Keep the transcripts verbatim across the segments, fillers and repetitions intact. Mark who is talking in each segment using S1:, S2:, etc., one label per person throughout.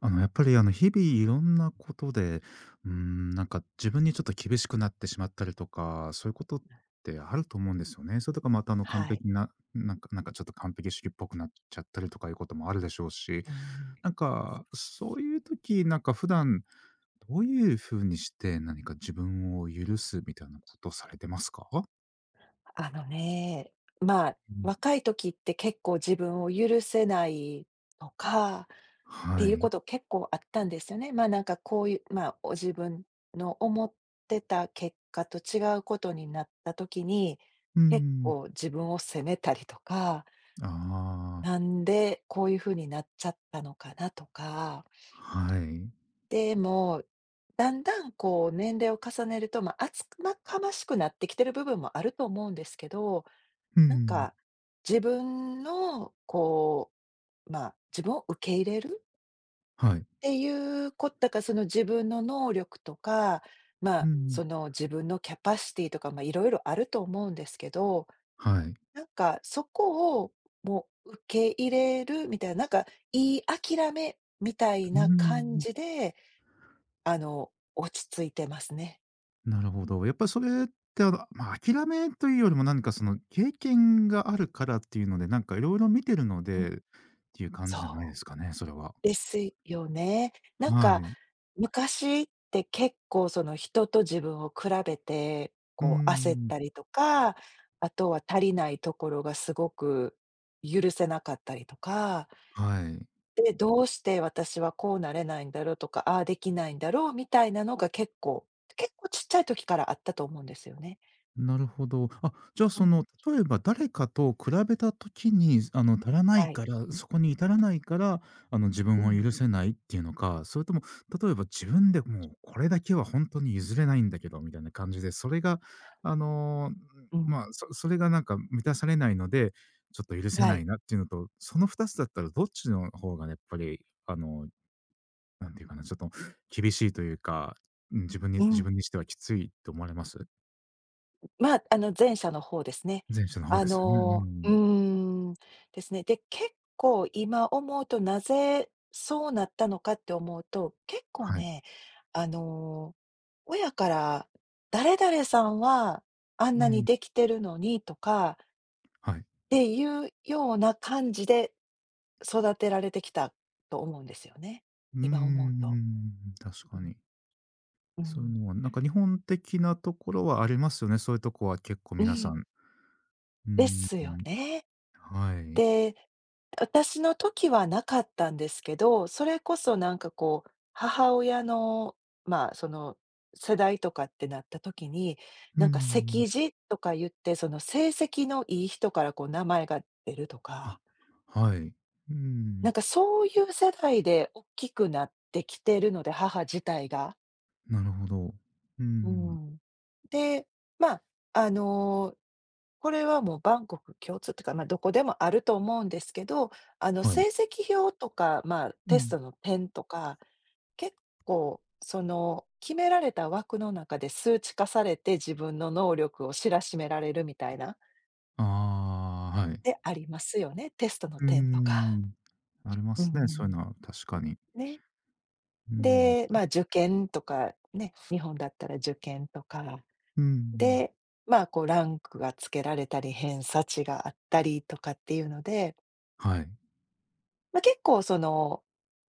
S1: あの、やっぱりあの、日々いろんなことで、うーん、なんか自分にちょっと厳しくなってしまったりとか、そういうことってあると思うんですよね。それとかまたあの
S2: は
S1: 完
S2: い。
S1: 璧な、なんかなんかちょっと完璧主義っぽくなっちゃったりとかいうこともあるでしょうし、
S2: うん。
S1: なんかそういう時、なんか普段どういう風にして何か自分を許すみたいなことをされてますか？
S2: あのね、まあ、
S1: うん。
S2: 若い時って結構自分を許せないとか、って
S1: は
S2: いうこ
S1: い。
S2: と結構あったんですよね。まあなんかこういう、まあお自分の思ってた結果と違うことになった時に、
S1: う
S2: 結
S1: ん。
S2: 構自分を責めたりとか、
S1: ああ、
S2: なんでこういうふうになっちゃったのかなとか、
S1: はい。
S2: でも、だんだんこう年齢を重ねると、まあ厚かましくなってきてる部分もあると思うんですけど、
S1: う
S2: なん
S1: ん。
S2: か、自分のこう、まあ、自分を受け入れる
S1: は
S2: っ
S1: い。
S2: ていうことだか、その自分の能力とか、ま
S1: う
S2: あ、
S1: ん。
S2: その自分のキャパシティとか、まあ、いろいろあると思うんですけど、
S1: はい。
S2: なんかそこをもう受け入れるみたいな、なんか言い諦めみたい
S1: うー
S2: な感
S1: ん、
S2: じで、あの、落ち着いてますね。
S1: なるほど。やっぱりそれって、あの、まあ、諦めというよりも何かその経験があるからっていうので、なんか色々見てるの
S2: うん、
S1: でっていう感じじゃない
S2: そ
S1: で
S2: う。
S1: すかね、それは。
S2: ですよね。なん
S1: は
S2: か、
S1: い。
S2: 昔って結構その人と自分を比べて、
S1: うー
S2: こう焦っ
S1: ん、
S2: たりとか、あとは足りないところがすごく許せなかったりとか、
S1: はい。
S2: で、どうして私はこうなれないんだろうとか、ああできないんだろうみたいなのが結構、結構ちっちゃい時からあったと思うんですよね。
S1: なるほど。あ、じゃあ、
S2: う
S1: そ
S2: ん、
S1: の、例えば誰かと比べた時に、あの、足らない
S2: はい。
S1: から、そこに至らないから、あの、自
S2: う
S1: 分を
S2: ん、
S1: 許せないっていうのか、それとも、例えば自分でもうこれだけは本当に譲れないんだけどみたいな感じで、それが、あの、
S2: うん、
S1: まあ、そそれがなんか満たされないので、ちょっと許せ
S2: は
S1: な
S2: い。
S1: いなっていうのと、そのふたつだったらどっちの方がやっぱり、あの、なんていうかな、ちょっと厳しいというか、うん、自分に
S2: う
S1: 自
S2: ん。
S1: 分にしてはきついと思われます？
S2: まあ、あの、前者の方ですね。
S1: 前者の方
S2: あ
S1: ですよね。う
S2: のう
S1: ん
S2: ーん、ですね。で、結構今思うと、なぜそうなったのかって思うと、結構
S1: はい。
S2: ね、あの、親から、「誰々さんはあん
S1: う
S2: なに
S1: ん、
S2: できてるのに」とかっ
S1: はい。
S2: ていうような感じで育てられてきたと思うんですよね。
S1: うー
S2: 今思うと。
S1: ん、確
S2: う
S1: か
S2: ん、
S1: に。
S2: う
S1: そういう
S2: ん、
S1: のは、なんか日本的なところはありますよね。そういうとこは結構
S2: う
S1: 皆さ
S2: ん、
S1: ん。う
S2: で
S1: ん、
S2: すよね。
S1: はい。
S2: で、私の時はなかったんですけど、それこそなんかこう、母親の、まあ、その、世代とかってなった時に、
S1: う
S2: なんか
S1: ん。
S2: 席次とか言って、その成績のいい人からこう名前が出ると
S1: あ、
S2: か、
S1: はい。う
S2: な
S1: ん、
S2: んかそういう世代で大きくなってきてるので、母自体が。
S1: なるほど。う
S2: う
S1: ん、
S2: ん。で、まあ、あの、これはもうバンコク共通というか、まあ、どこでもあると思うんですけど、あの、
S1: はい。
S2: 成績表とか、まあ、
S1: う
S2: テス
S1: ん。
S2: トの点とか、結構その、決められた枠の中で数値化されて、自分の能力を知らしめられるみたいな、
S1: ああ、はい。
S2: でありますよね、テストの
S1: う
S2: 点とか。
S1: ん。ありま
S2: う
S1: すね、そういうのは確かに。
S2: ん、ね。
S1: うん。
S2: で、まあ、受験とかね、日本だったら受験とか
S1: うん。
S2: で、まあ、こうランクがつけられたり、偏差値があったりとかっていうので、
S1: はい。
S2: まあ、結構その、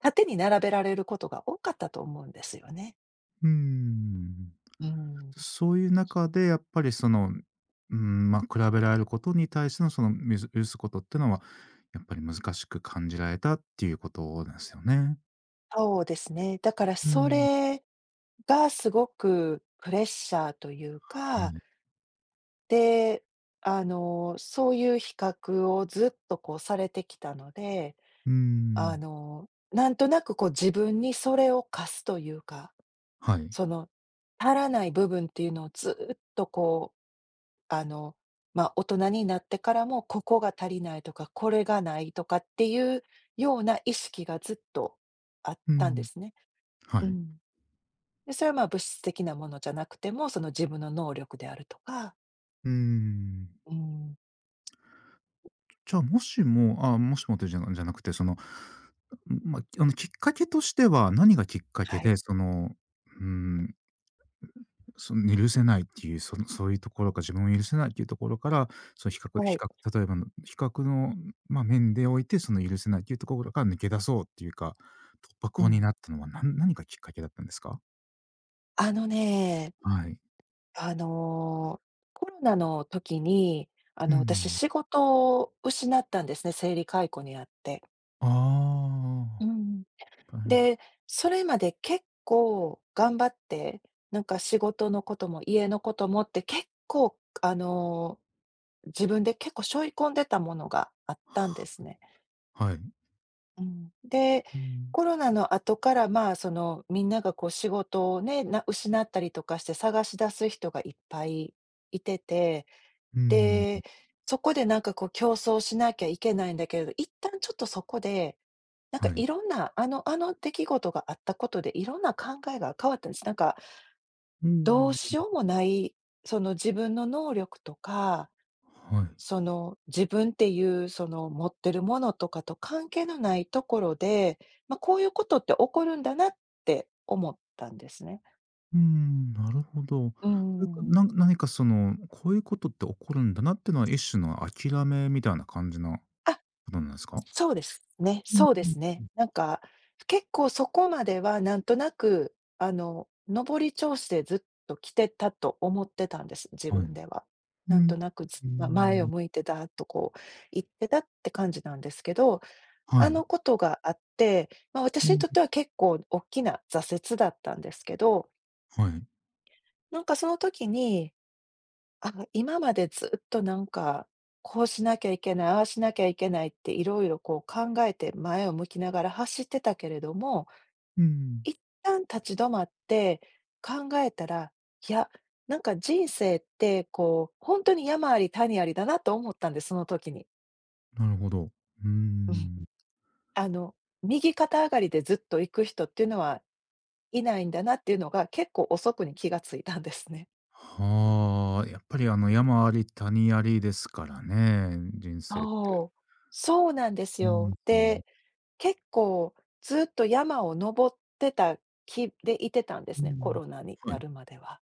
S2: 縦に並べられることが多かったと思うんですよね。
S1: うん。
S2: うん。
S1: そういう中でやっぱりその、うん、まあ、比べられることに対してのその、みず許すことってのは、やっぱり難しく感じられたっていうことなんですよね。
S2: そうですね。だから
S1: う
S2: そ
S1: ん。
S2: れがすごくプレッシャーという
S1: は
S2: か、
S1: い。
S2: で、あの、そういう比較をずっとこうされてきたので、
S1: う
S2: あ
S1: ん。
S2: の、なんとなくこう自分にそれを課すというか
S1: はい。
S2: その、足らない部分っていうのをずっとこう、あの、まあ、大人になってからも、ここが足りないとか、これがないとかっていうような意識がずっとあっ
S1: う
S2: たんで
S1: ん。
S2: すね。
S1: は
S2: う
S1: い。
S2: ん。で、それは、まあ、物質的なものじゃなくても、その自分の能力であるとか、
S1: うん。
S2: うん、
S1: じゃあ、もしもあもしもってじゃなじゃなくて、その、まあ、あの、きっかけとしては、何がきっかけ
S2: はい、
S1: で、その、うん、そのね許せないっていう、そのそういうところか自分を許せないっていうところから、その比較
S2: は
S1: 比
S2: い、
S1: 較例えばの比較の、まあ、面でおいて、その許せないっていうところから抜け出そうっていうか、突破
S2: う
S1: 口に
S2: ん。
S1: なったのは、な何がきっかけだったんですか？
S2: あのね、
S1: はい。
S2: あの、コロナの時に、あ
S1: う
S2: の、私
S1: ん。
S2: 仕事を失ったんですね、生理解雇にあって。
S1: あ
S2: う
S1: あ、
S2: ん。
S1: 大変です。
S2: で、それまで結構頑張って、なんか仕事のことも家のこともって結構、あの、自分で結構背負い込んでたものがあったんですね。
S1: はい。
S2: うん。で、
S1: うん。
S2: コロナの後から、まあ、その、みんながこう仕事をね、な失ったりとかして探し出す人がいっぱいいてて
S1: うん、
S2: で、そこでなんかこう競争しなきゃいけないんだけれど、一旦ちょっとそこで、なんか
S1: はい。
S2: いろんな、あのあの出来事があったことで、いろんな考えが変わったんです。なんか、
S1: う
S2: どう
S1: ん。
S2: しようもない、その自分の能力とか、
S1: はい。
S2: その自分っていうその持ってるものとかと関係のないところで、まあ、こういうことって起こるんだなって思ったんですね。
S1: うーん、なるほど。
S2: うー
S1: というか、
S2: ん。
S1: な何かその、こういうことって起こるんだなってのは、一種の諦めみたいな感じなこ
S2: あ
S1: となんですか？
S2: そうですね、
S1: うん
S2: そうです
S1: う
S2: ね。
S1: ん。
S2: なんか、結構そこまではなんとなく、あの、上り調子でずっと来てたと思ってたんです、自
S1: は
S2: 分
S1: い。
S2: では。
S1: う
S2: なんと
S1: ん。
S2: なく、ず
S1: うー
S2: まあ、前を
S1: ん。
S2: 向いてだとこう、言ってたって感じなんですけど、
S1: は
S2: あ
S1: い。
S2: のことがあって、まあ、
S1: う
S2: 私に
S1: ん。
S2: とっては結構大きな挫折だったんですけど、
S1: はい。
S2: なんかその時にあの、今までずっとなんか、こうしなきゃいけない、ああしなきゃいけないっていろいろこう考えて前を向きながら走ってたけれども、
S1: うん。
S2: 一旦立ち止まって考えたら、いや、なんか人生ってこう、本当に山あり谷ありだなと思ったんです、その時に。
S1: なるほど。うー
S2: うん。
S1: ん。
S2: あの、右肩上がりでずっと行く人っていうのはいないんだなっていうのが、結構遅くに気がついたんですね。
S1: はあ、やっぱりあの山あり谷ありですからね、人生って。
S2: そう、そうなんです
S1: うん、
S2: よ。
S1: うん。
S2: で、結構ずっと山を登ってた気でいてたんで
S1: う
S2: すね、コ
S1: ん。
S2: ロナに
S1: は
S2: な
S1: い。
S2: るまでは。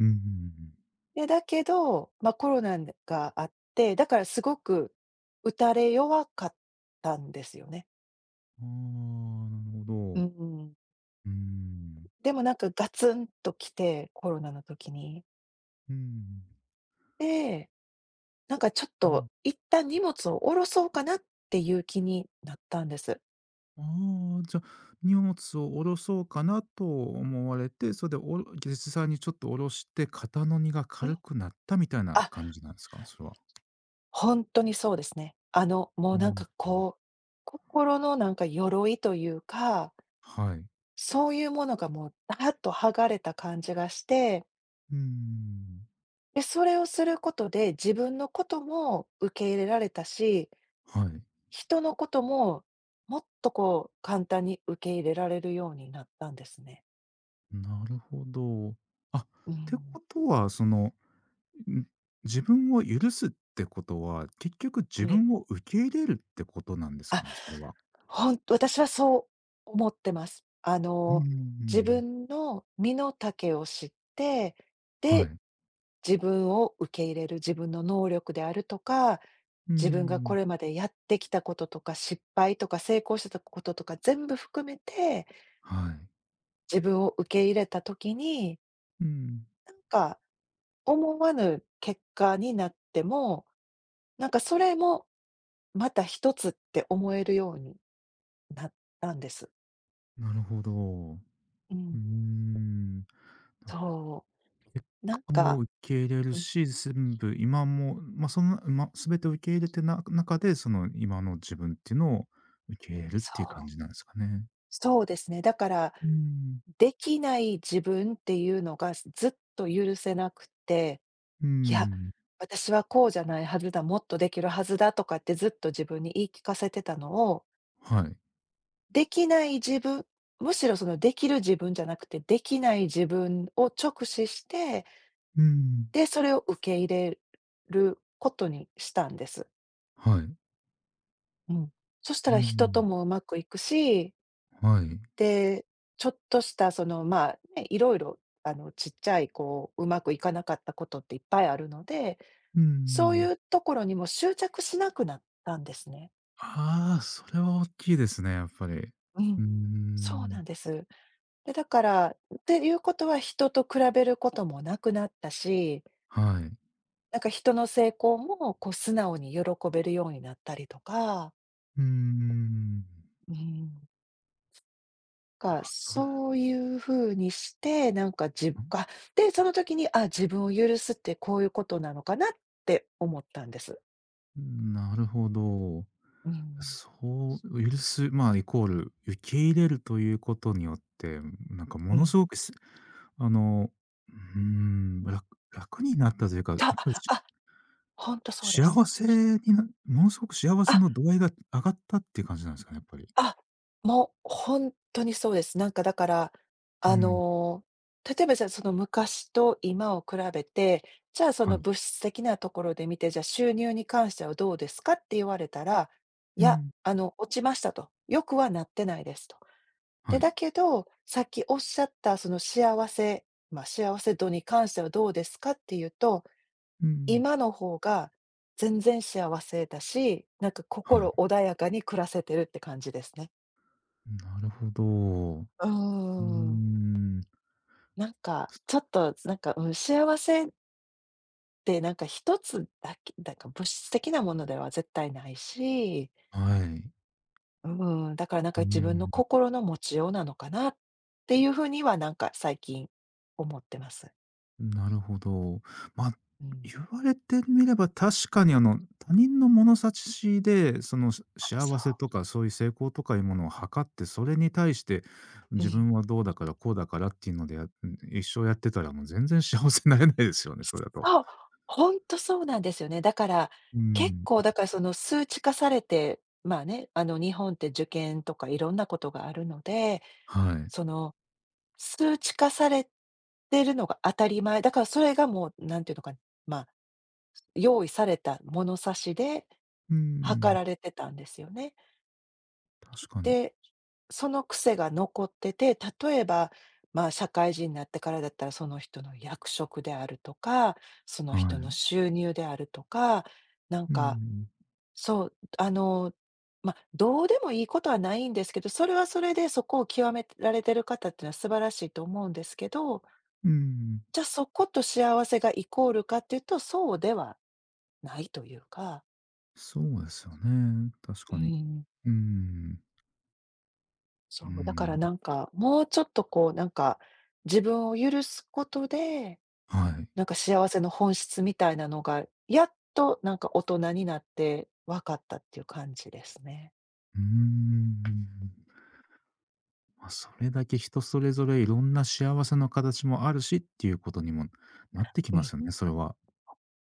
S1: うんうんうん。
S2: で、だけど、まあ、コロナがあって、だからすごく打たれ弱かったんですよね。
S1: ああ、なる
S2: う
S1: ほど。
S2: ん。
S1: うんうん。
S2: でもなんかガツンと来て、コロナの時に。で、なんかちょっ
S1: うん。
S2: と一旦荷物を下ろそうかなっていう気になったんです。
S1: ああ、じゃあ、荷物を下ろそうかなと思われて、それでおろ実際にちょっと下ろして、肩の荷が
S2: うん。
S1: 軽くなったみたいな
S2: あ
S1: 感じなんですか？それは。
S2: ほんとにそうですね。あの、もう
S1: な
S2: なん
S1: る
S2: か
S1: ほど。
S2: こう、心のなんか鎧というか、
S1: はい。
S2: そういうものがもうダーッと剥がれた感じがして、
S1: うーん。
S2: で、それをすることで自分のことも受け入れられたし、
S1: はい。
S2: 人のことももっとこう簡単に受け入れられるようになったんですね。
S1: なるほど。あ、っ
S2: う
S1: て
S2: ん。
S1: ことは、その、ん、自分を許すってことは、結局自
S2: はい。
S1: 分を受け入れるってことなんですかね？それは。
S2: ほん私はそう思ってます。あ
S1: うん
S2: の、自
S1: ん。
S2: 分の身の丈を知って、
S1: は
S2: で、
S1: い。
S2: 自分を受け入れる、自分の能力であるとか、
S1: うー
S2: 自分がこ
S1: ん。
S2: れまでやってきたこととか、失敗とか成功してたこととか全部含めて、
S1: はい。
S2: 自分を受け入れた時に、
S1: うん。
S2: なんか思わぬ結果になっても、なんかそれもまた一つって思えるようになったんです。
S1: なるほど。う
S2: う
S1: ー
S2: ん、
S1: ん、
S2: そ
S1: 結
S2: う。なん
S1: 果も
S2: か
S1: 受け入れる
S2: うん、
S1: し、全部今も、まあ、その、ま、全て受け入れてな中で、その今の自分っていうのを受け入れるっていう感
S2: そ
S1: じ
S2: う。
S1: なんですかね。
S2: そうですね。だから、
S1: うーん、
S2: できない自分っていうのがずっと許せなくて、
S1: うー
S2: いや、
S1: ん、
S2: 私はこうじゃないはずだ、もっとできるはずだとかってずっと自分に言い聞かせてたのを、
S1: はい。
S2: できない自分、むしろそのできる自分じゃなくて、できない自分を直視して、
S1: うーん、
S2: で、それを受け入れることにしたんです。
S1: はい。
S2: うん。そした
S1: うー
S2: ら人と
S1: ん、
S2: もうまくいくし
S1: はい。
S2: で、ちょっとしたその、まあ、ね、いろいろ、あの、ちっちゃいこう、うまくいかなかったことっていっぱいあるので、
S1: うー
S2: そう
S1: ん。
S2: いうところにも執着しなくなったんですね。
S1: ああ、それは大きいですね、やっぱり。
S2: う
S1: う
S2: ん、
S1: ー
S2: そう
S1: ん、
S2: なんです。で、だから、っていうことは人と比べることもなくなったし、
S1: はい。
S2: なんか人の成功もこう素直に喜べるようになったりとか、
S1: うーん。
S2: うん。か、
S1: あ、それ、
S2: そういう風にして、なんか自分かで、その時に、あ、自分を許すってこういうことなのかなって思ったんです。
S1: ん、なるほど。
S2: うん。
S1: そう、許す、まあ、イコール受け入れるということによって、なんかも
S2: う
S1: の
S2: ん。
S1: すごくすあの、うーん、楽楽になったというか、やっ
S2: た
S1: ぱりし
S2: あ、ほんとそうです。
S1: 幸せになものすごく幸せ
S2: あ、
S1: の度合いが上がったっていう感じなんですかね、やっぱり。
S2: あ、もうほんとにそうです。なんかだから、
S1: う
S2: あ
S1: ん。
S2: の、例えばじゃあ、その昔と今を比べて、じゃあ、そ
S1: は
S2: の
S1: い。
S2: 物質的なところで見て、じゃあ、収入に関してはどうですかって言われたら、い
S1: う
S2: や、
S1: ん。
S2: あの、落ちましたと、良くはなってないですと。
S1: は
S2: で、
S1: い。
S2: だけど、さっきおっしゃったその幸せまあ、幸せ度に関してはどうですかっていうと、
S1: うん。
S2: 今の方が全然幸せだし、なんか
S1: は
S2: 心
S1: い。
S2: 穏やかに暮らせてるって感じですね。
S1: なるほど。う
S2: うー
S1: ー
S2: ん。
S1: ん。
S2: なんか、ちょっとなんか、うん、幸せってなんか一つだけなんか物質的なものでは絶対ないし、
S1: はい。
S2: うん、だからなん
S1: う
S2: か
S1: ー
S2: 自分の
S1: ん。
S2: 心の持ちようなのかなっていう風にはなんか最近思ってます。
S1: なるほど。まあ、
S2: うん。
S1: 言われてみれば確かにあの、他人の物差しで、その、し
S2: あ、そ
S1: 幸せとかそういう成功とかいうものを測って、それに対して
S2: う。う
S1: 自
S2: ん、
S1: 分はどうだから、こうだからっていうのでや一生やってたらもう全然幸せになれないですよね、それだと。
S2: そう、ほんとそうなんですよね。だから、
S1: う
S2: 結
S1: ん。
S2: 構だからその数値化されて、まあね、あの日本って受験とかいろんなことがあるので、
S1: はい。
S2: その、数値化されてるのが当たり前、だからそれがもうなんていうのか、まあ、用意された物差しで
S1: う
S2: 測
S1: ん、
S2: られてたんですよね。
S1: 確かに。
S2: で、その癖が残ってて、例えば、ま、あ社会人になってからだったら、その人の役職であるとか、その
S1: は
S2: 人の
S1: い。
S2: 収入であるとか、なん
S1: う
S2: か、
S1: ん、
S2: そう、あの、ま、あどうでもいいことはないんですけど、それはそれでそこを極められてる方っていうのは素晴らしいと思うんですけど、
S1: うん。
S2: じゃ、そこと幸せがイコールかっていうと、そうではないというか、
S1: そうですよね、確
S2: う
S1: かに。
S2: ん、
S1: うん、
S2: そ
S1: う
S2: う、だから
S1: ん、
S2: なんか、もうちょっとこう、なんか、自分を許すことで
S1: はい。
S2: なんか幸せの本質みたいなのが、やっとなんか大人になって分かったっていう感じですね。
S1: うーん。まあ、それだけ人それぞれいろんな幸せの形もあるしっていうことにもなってき
S2: う
S1: ま
S2: ん、
S1: すよね、それは。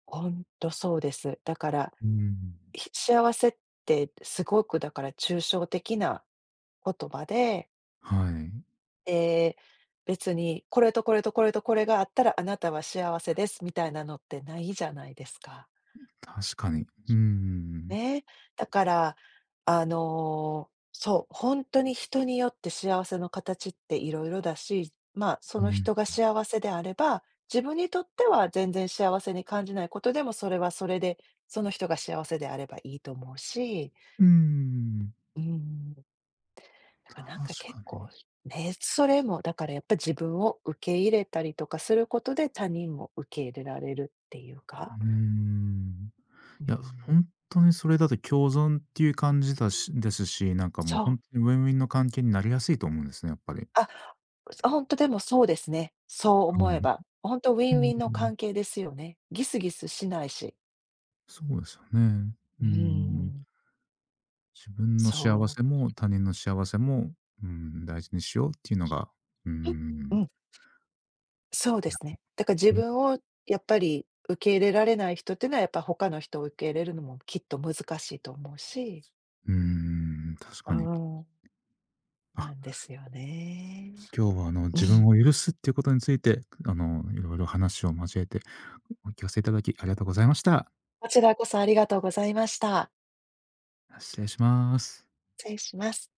S2: ほんとそうです。だから、
S1: うん。
S2: ひ幸せってすごくだから抽象的な言葉で、
S1: はい。
S2: で、別にこれとこれとこれとこれがあったらあなたは幸せですみたいなのってないじゃないですか。
S1: 確かに。うん。
S2: ね、だから、あの、そう、本当に人によって幸せの形っていろいろだし、まあ、そ
S1: う
S2: の
S1: ん。
S2: 人が幸せであれば、自分にとっては全然幸せに感じないことでも、それはそれで、その人が幸せであればいいと思うし、
S1: うん。
S2: うん、だからなん
S1: 確
S2: か結
S1: か
S2: 構
S1: に。
S2: ね、それもだからやっぱ自分を受け入れたりとかすることで、他人も受け入れられるっていう
S1: う
S2: か、
S1: ーん。
S2: う
S1: いや、
S2: ん、
S1: 本当にそれだと共存っていう感じだしですし、なんかもう
S2: そう。
S1: 本当にウィンウィンの関係になりやすいと思うんですね、やっぱり。
S2: あ、あ、ほんとでもそうですね。そう
S1: は
S2: 思え
S1: い。
S2: ば。ほんとウ
S1: う
S2: ィンウィンの
S1: ん。
S2: 関係ですよね。ギスギスしないし。
S1: そうですよね。
S2: う
S1: う
S2: ー
S1: ん。
S2: ん。
S1: 自分の幸
S2: そ
S1: せも他人の幸せも、うーん、大事にしようっていうのが、うー
S2: う。う
S1: ん。
S2: ん、そうで
S1: いや、
S2: すね。だから自
S1: ほんと、
S2: 分をやっぱり受け入れられない人ってのは、やっぱ他の人を受け入れるのもきっと難しいと思うし。
S1: うーん、確
S2: あ
S1: かに。
S2: あ。な
S1: あ、
S2: んですよね。
S1: 今日はあの、
S2: う
S1: 自
S2: ん。
S1: 分を許すっていうことについて、あの、いろいろ話を交えてお聞かせいただきありがとうございました。
S2: こちらこそありがとうございました。
S1: 失礼します。
S2: 失礼します。